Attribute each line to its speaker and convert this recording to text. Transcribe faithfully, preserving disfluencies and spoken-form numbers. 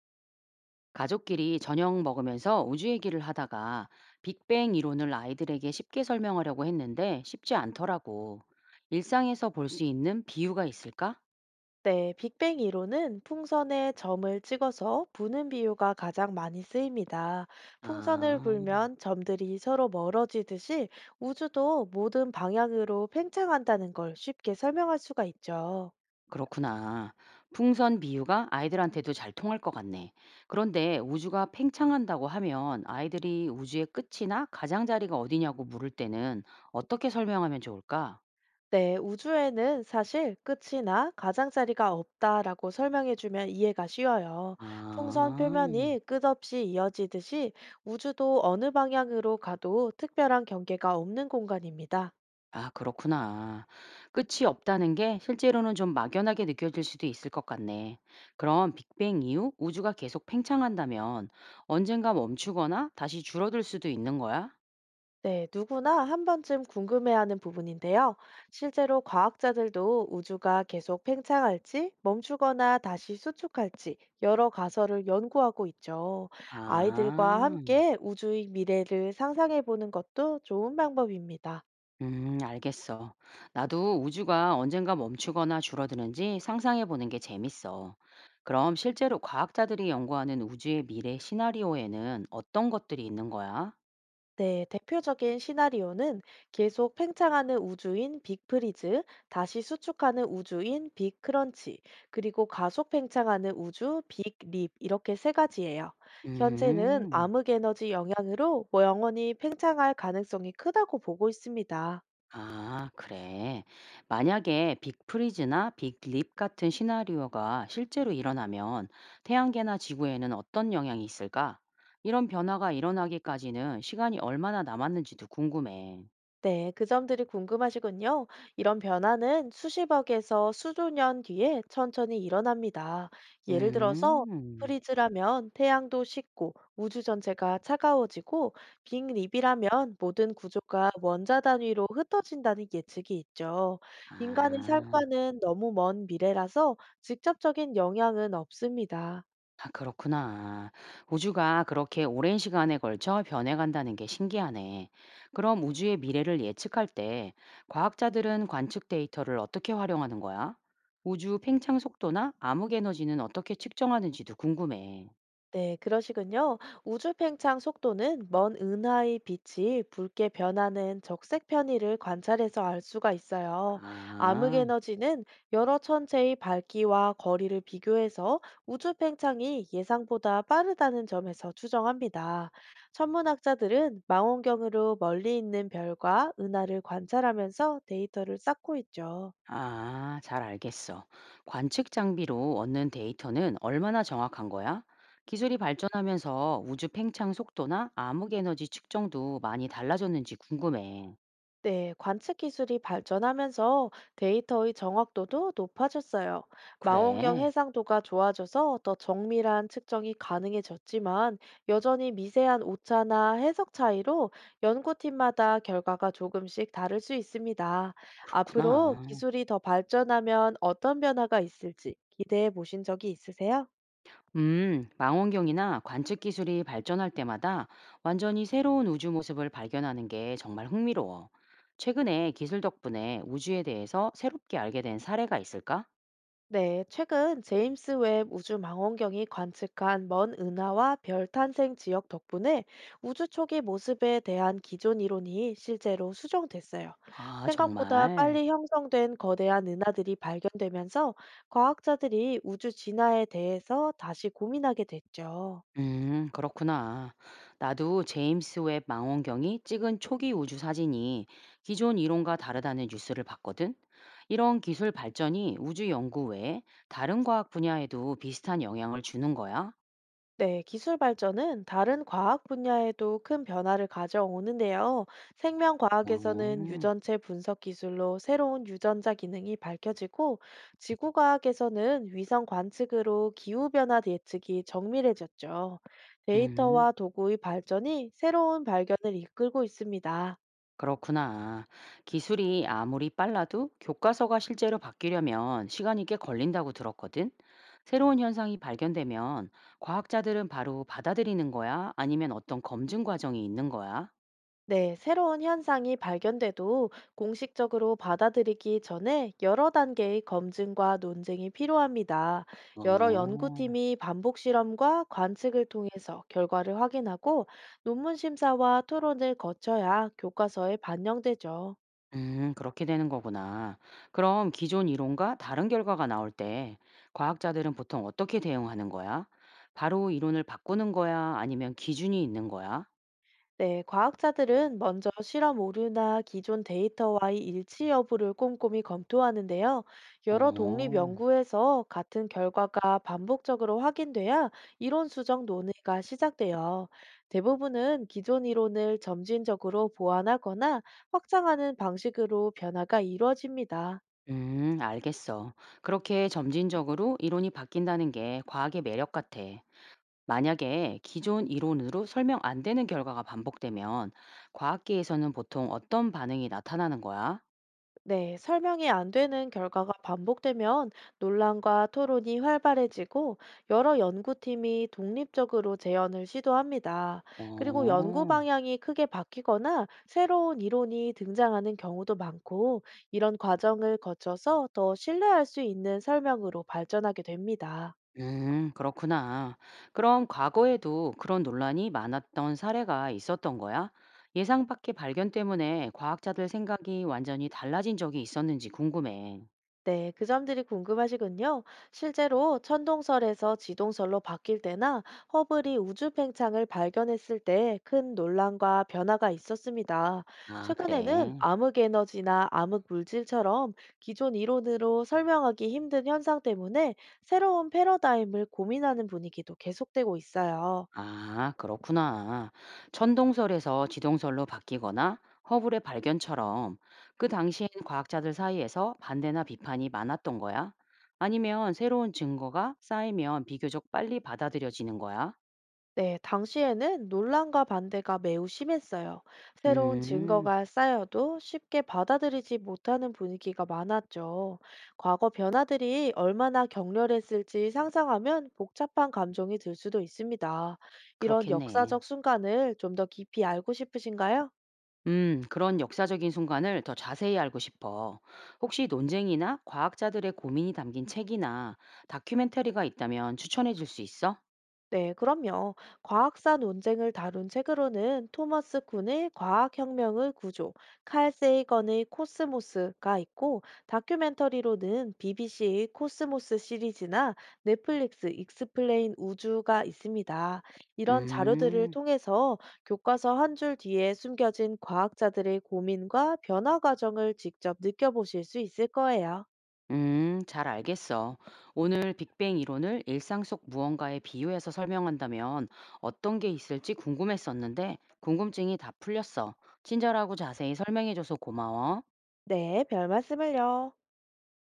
Speaker 1: 가족끼리 저녁 먹으면서 우주 얘기를 하다가 빅뱅 이론을 아이들에게 쉽게 설명하려고 했는데 쉽지 않더라고. 일상에서 볼 수 있는 비유가 있을까?
Speaker 2: 네, 빅뱅 이론은 풍선에 점을 찍어서 부는 비유가 가장 많이 쓰입니다. 풍선을
Speaker 1: 아,
Speaker 2: 불면 점들이 서로 멀어지듯이 우주도 모든 방향으로 팽창한다는 걸 쉽게 설명할 수가 있죠.
Speaker 1: 그렇구나. 풍선 비유가 아이들한테도 잘 통할 것 같네. 그런데 우주가 팽창한다고 하면 아이들이 우주의 끝이나 가장자리가 어디냐고 물을 때는 어떻게 설명하면 좋을까?
Speaker 2: 네, 우주에는 사실 끝이나 가장자리가 없다라고 설명해주면 이해가 쉬워요. 풍선
Speaker 1: 아.
Speaker 2: 표면이 끝없이 이어지듯이 우주도 어느 방향으로 가도 특별한 경계가 없는 공간입니다.
Speaker 1: 아, 그렇구나. 끝이 없다는 게 실제로는 좀 막연하게 느껴질 수도 있을 것 같네. 그럼 빅뱅 이후 우주가 계속 팽창한다면 언젠가 멈추거나 다시 줄어들 수도 있는 거야?
Speaker 2: 네, 누구나 한 번쯤 궁금해하는 부분인데요. 실제로 과학자들도 우주가 계속 팽창할지, 멈추거나 다시 수축할지 여러 가설을 연구하고 있죠. 아이들과
Speaker 1: 아,
Speaker 2: 함께 우주의 미래를 상상해 보는 것도 좋은 방법입니다.
Speaker 1: 음, 알겠어. 나도 우주가 언젠가 멈추거나 줄어드는지 상상해 보는 게 재밌어. 그럼 실제로 과학자들이 연구하는 우주의 미래 시나리오에는 어떤 것들이 있는 거야?
Speaker 2: 네, 대표적인 시나리오는 계속 팽창하는 우주인 빅프리즈, 다시 수축하는 우주인 빅크런치, 그리고 가속 팽창하는 우주 빅립 이렇게 세 가지예요. 현재는
Speaker 1: 음.
Speaker 2: 암흑 에너지 영향으로 뭐 영원히 팽창할 가능성이 크다고 보고 있습니다.
Speaker 1: 아, 그래. 만약에 빅프리즈나 빅립 같은 시나리오가 실제로 일어나면 태양계나 지구에는 어떤 영향이 있을까? 이런 변화가 일어나기까지는 시간이 얼마나 남았는지도 궁금해.
Speaker 2: 네, 그 점들이 궁금하시군요. 이런 변화는 수십억에서 수조 년 뒤에 천천히 일어납니다. 예를 들어서
Speaker 1: 음,
Speaker 2: 프리즈라면 태양도 식고 우주 전체가 차가워지고 빅립이라면 모든 구조가 원자 단위로 흩어진다는 예측이 있죠. 인간의
Speaker 1: 아.
Speaker 2: 삶과는 너무 먼 미래라서 직접적인 영향은 없습니다.
Speaker 1: 아, 그렇구나. 우주가 그렇게 오랜 시간에 걸쳐 변해간다는 게 신기하네. 그럼 우주의 미래를 예측할 때 과학자들은 관측 데이터를 어떻게 활용하는 거야? 우주 팽창 속도나 암흑 에너지는 어떻게 측정하는지도 궁금해.
Speaker 2: 네, 그러시군요. 우주 팽창 속도는 먼 은하의 빛이 붉게 변하는 적색 편의를 관찰해서 알 수가 있어요. 암흑
Speaker 1: 아,
Speaker 2: 에너지는 여러 천체의 밝기와 거리를 비교해서 우주 팽창이 예상보다 빠르다는 점에서 추정합니다. 천문학자들은 망원경으로 멀리 있는 별과 은하를 관찰하면서 데이터를 쌓고 있죠.
Speaker 1: 아, 잘 알겠어. 관측 장비로 얻는 데이터는 얼마나 정확한 거야? 기술이 발전하면서 우주 팽창 속도나 암흑 에너지 측정도 많이 달라졌는지 궁금해.
Speaker 2: 네, 관측 기술이 발전하면서 데이터의 정확도도 높아졌어요. 망원경
Speaker 1: 그래.
Speaker 2: 해상도가 좋아져서 더 정밀한 측정이 가능해졌지만 여전히 미세한 오차나 해석 차이로 연구팀마다 결과가 조금씩 다를 수 있습니다. 앞으로
Speaker 1: 그렇구나.
Speaker 2: 기술이 더 발전하면 어떤 변화가 있을지 기대해 보신 적이 있으세요?
Speaker 1: 음, 망원경이나 관측 기술이 발전할 때마다 완전히 새로운 우주 모습을 발견하는 게 정말 흥미로워. 최근에 기술 덕분에 우주에 대해서 새롭게 알게 된 사례가 있을까?
Speaker 2: 네, 최근 제임스 웹 우주 망원경이 관측한 먼 은하와 별 탄생 지역 덕분에 우주 초기 모습에 대한 기존 이론이 실제로 수정됐어요.
Speaker 1: 아,
Speaker 2: 생각보다 빨리
Speaker 1: 정말.
Speaker 2: 형성된 거대한 은하들이 발견되면서 과학자들이 우주 진화에 대해서 다시 고민하게 됐죠.
Speaker 1: 음, 그렇구나. 나도 제임스 웹 망원경이 찍은 초기 우주 사진이 기존 이론과 다르다는 뉴스를 봤거든. 이런 기술 발전이 우주 연구 외에 다른 과학 분야에도 비슷한 영향을 주는 거야?
Speaker 2: 네, 기술 발전은 다른 과학 분야에도 큰 변화를 가져오는데요. 생명과학에서는
Speaker 1: 어.
Speaker 2: 유전체 분석 기술로 새로운 유전자 기능이 밝혀지고, 지구과학에서는 위성 관측으로 기후변화 예측이 정밀해졌죠.
Speaker 1: 음,
Speaker 2: 데이터와 도구의 발전이 새로운 발견을 이끌고 있습니다.
Speaker 1: 그렇구나. 기술이 아무리 빨라도 교과서가 실제로 바뀌려면 시간이 꽤 걸린다고 들었거든. 새로운 현상이 발견되면 과학자들은 바로 받아들이는 거야? 아니면 어떤 검증 과정이 있는 거야?
Speaker 2: 네, 새로운 현상이 발견돼도 공식적으로 받아들이기 전에 여러 단계의 검증과 논쟁이 필요합니다. 여러
Speaker 1: 어,
Speaker 2: 연구팀이 반복 실험과 관측을 통해서 결과를 확인하고 논문 심사와 토론을 거쳐야 교과서에 반영되죠.
Speaker 1: 음, 그렇게 되는 거구나. 그럼 기존 이론과 다른 결과가 나올 때 과학자들은 보통 어떻게 대응하는 거야? 바로 이론을 바꾸는 거야? 아니면 기준이 있는 거야?
Speaker 2: 네, 과학자들은 먼저 실험 오류나 기존 데이터와의 일치 여부를 꼼꼼히 검토하는데요. 여러 독립
Speaker 1: 어.
Speaker 2: 연구에서 같은 결과가 반복적으로 확인돼야 이론 수정 논의가 시작돼요. 대부분은 기존 이론을 점진적으로 보완하거나 확장하는 방식으로 변화가 이루어집니다.
Speaker 1: 음, 알겠어. 그렇게 점진적으로 이론이 바뀐다는 게 과학의 매력 같아. 만약에 기존 이론으로 설명 안 되는 결과가 반복되면 과학계에서는 보통 어떤 반응이 나타나는 거야?
Speaker 2: 네, 설명이 안 되는 결과가 반복되면 논란과 토론이 활발해지고 여러 연구팀이 독립적으로 재현을 시도합니다. 그리고 연구
Speaker 1: 어,
Speaker 2: 방향이 크게 바뀌거나 새로운 이론이 등장하는 경우도 많고 이런 과정을 거쳐서 더 신뢰할 수 있는 설명으로 발전하게 됩니다.
Speaker 1: 음, 그렇구나. 그럼 과거에도 그런 논란이 많았던 사례가 있었던 거야? 예상 밖의 발견 때문에 과학자들 생각이 완전히 달라진 적이 있었는지 궁금해.
Speaker 2: 네, 그 점들이 궁금하시군요. 실제로 천동설에서 지동설로 바뀔 때나 허블이 우주 팽창을 발견했을 때 큰 논란과 변화가 있었습니다.
Speaker 1: 아,
Speaker 2: 최근에는
Speaker 1: 그래.
Speaker 2: 암흑 에너지나 암흑 물질처럼 기존 이론으로 설명하기 힘든 현상 때문에 새로운 패러다임을 고민하는 분위기도 계속되고 있어요.
Speaker 1: 아, 그렇구나. 천동설에서 지동설로 바뀌거나 허블의 발견처럼 그 당시엔 과학자들 사이에서 반대나 비판이 많았던 거야? 아니면 새로운 증거가 쌓이면 비교적 빨리 받아들여지는 거야?
Speaker 2: 네, 당시에는 논란과 반대가 매우 심했어요. 새로운
Speaker 1: 음,
Speaker 2: 증거가 쌓여도 쉽게 받아들이지 못하는 분위기가 많았죠. 과거 변화들이 얼마나 격렬했을지 상상하면 복잡한 감정이 들 수도 있습니다. 이런
Speaker 1: 그렇겠네.
Speaker 2: 역사적 순간을 좀 더 깊이 알고 싶으신가요?
Speaker 1: 음, 그런 역사적인 순간을 더 자세히 알고 싶어. 혹시 논쟁이나 과학자들의 고민이 담긴 책이나 다큐멘터리가 있다면 추천해 줄 수 있어?
Speaker 2: 네, 그럼요. 과학사 논쟁을 다룬 책으로는 토마스 쿤의 과학혁명의 구조, 칼 세이건의 코스모스가 있고, 다큐멘터리로는 비비씨의 코스모스 시리즈나 넷플릭스 익스플레인 우주가 있습니다. 이런 자료들을
Speaker 1: 음.
Speaker 2: 통해서 교과서 한 줄 뒤에 숨겨진 과학자들의 고민과 변화 과정을 직접 느껴보실 수 있을 거예요.
Speaker 1: 음, 잘 알겠어. 오늘 빅뱅 이론을 일상 속 무언가에 비유해서 설명한다면 어떤 게 있을지 궁금했었는데 궁금증이 다 풀렸어. 친절하고 자세히 설명해줘서 고마워.
Speaker 2: 네, 별 말씀을요.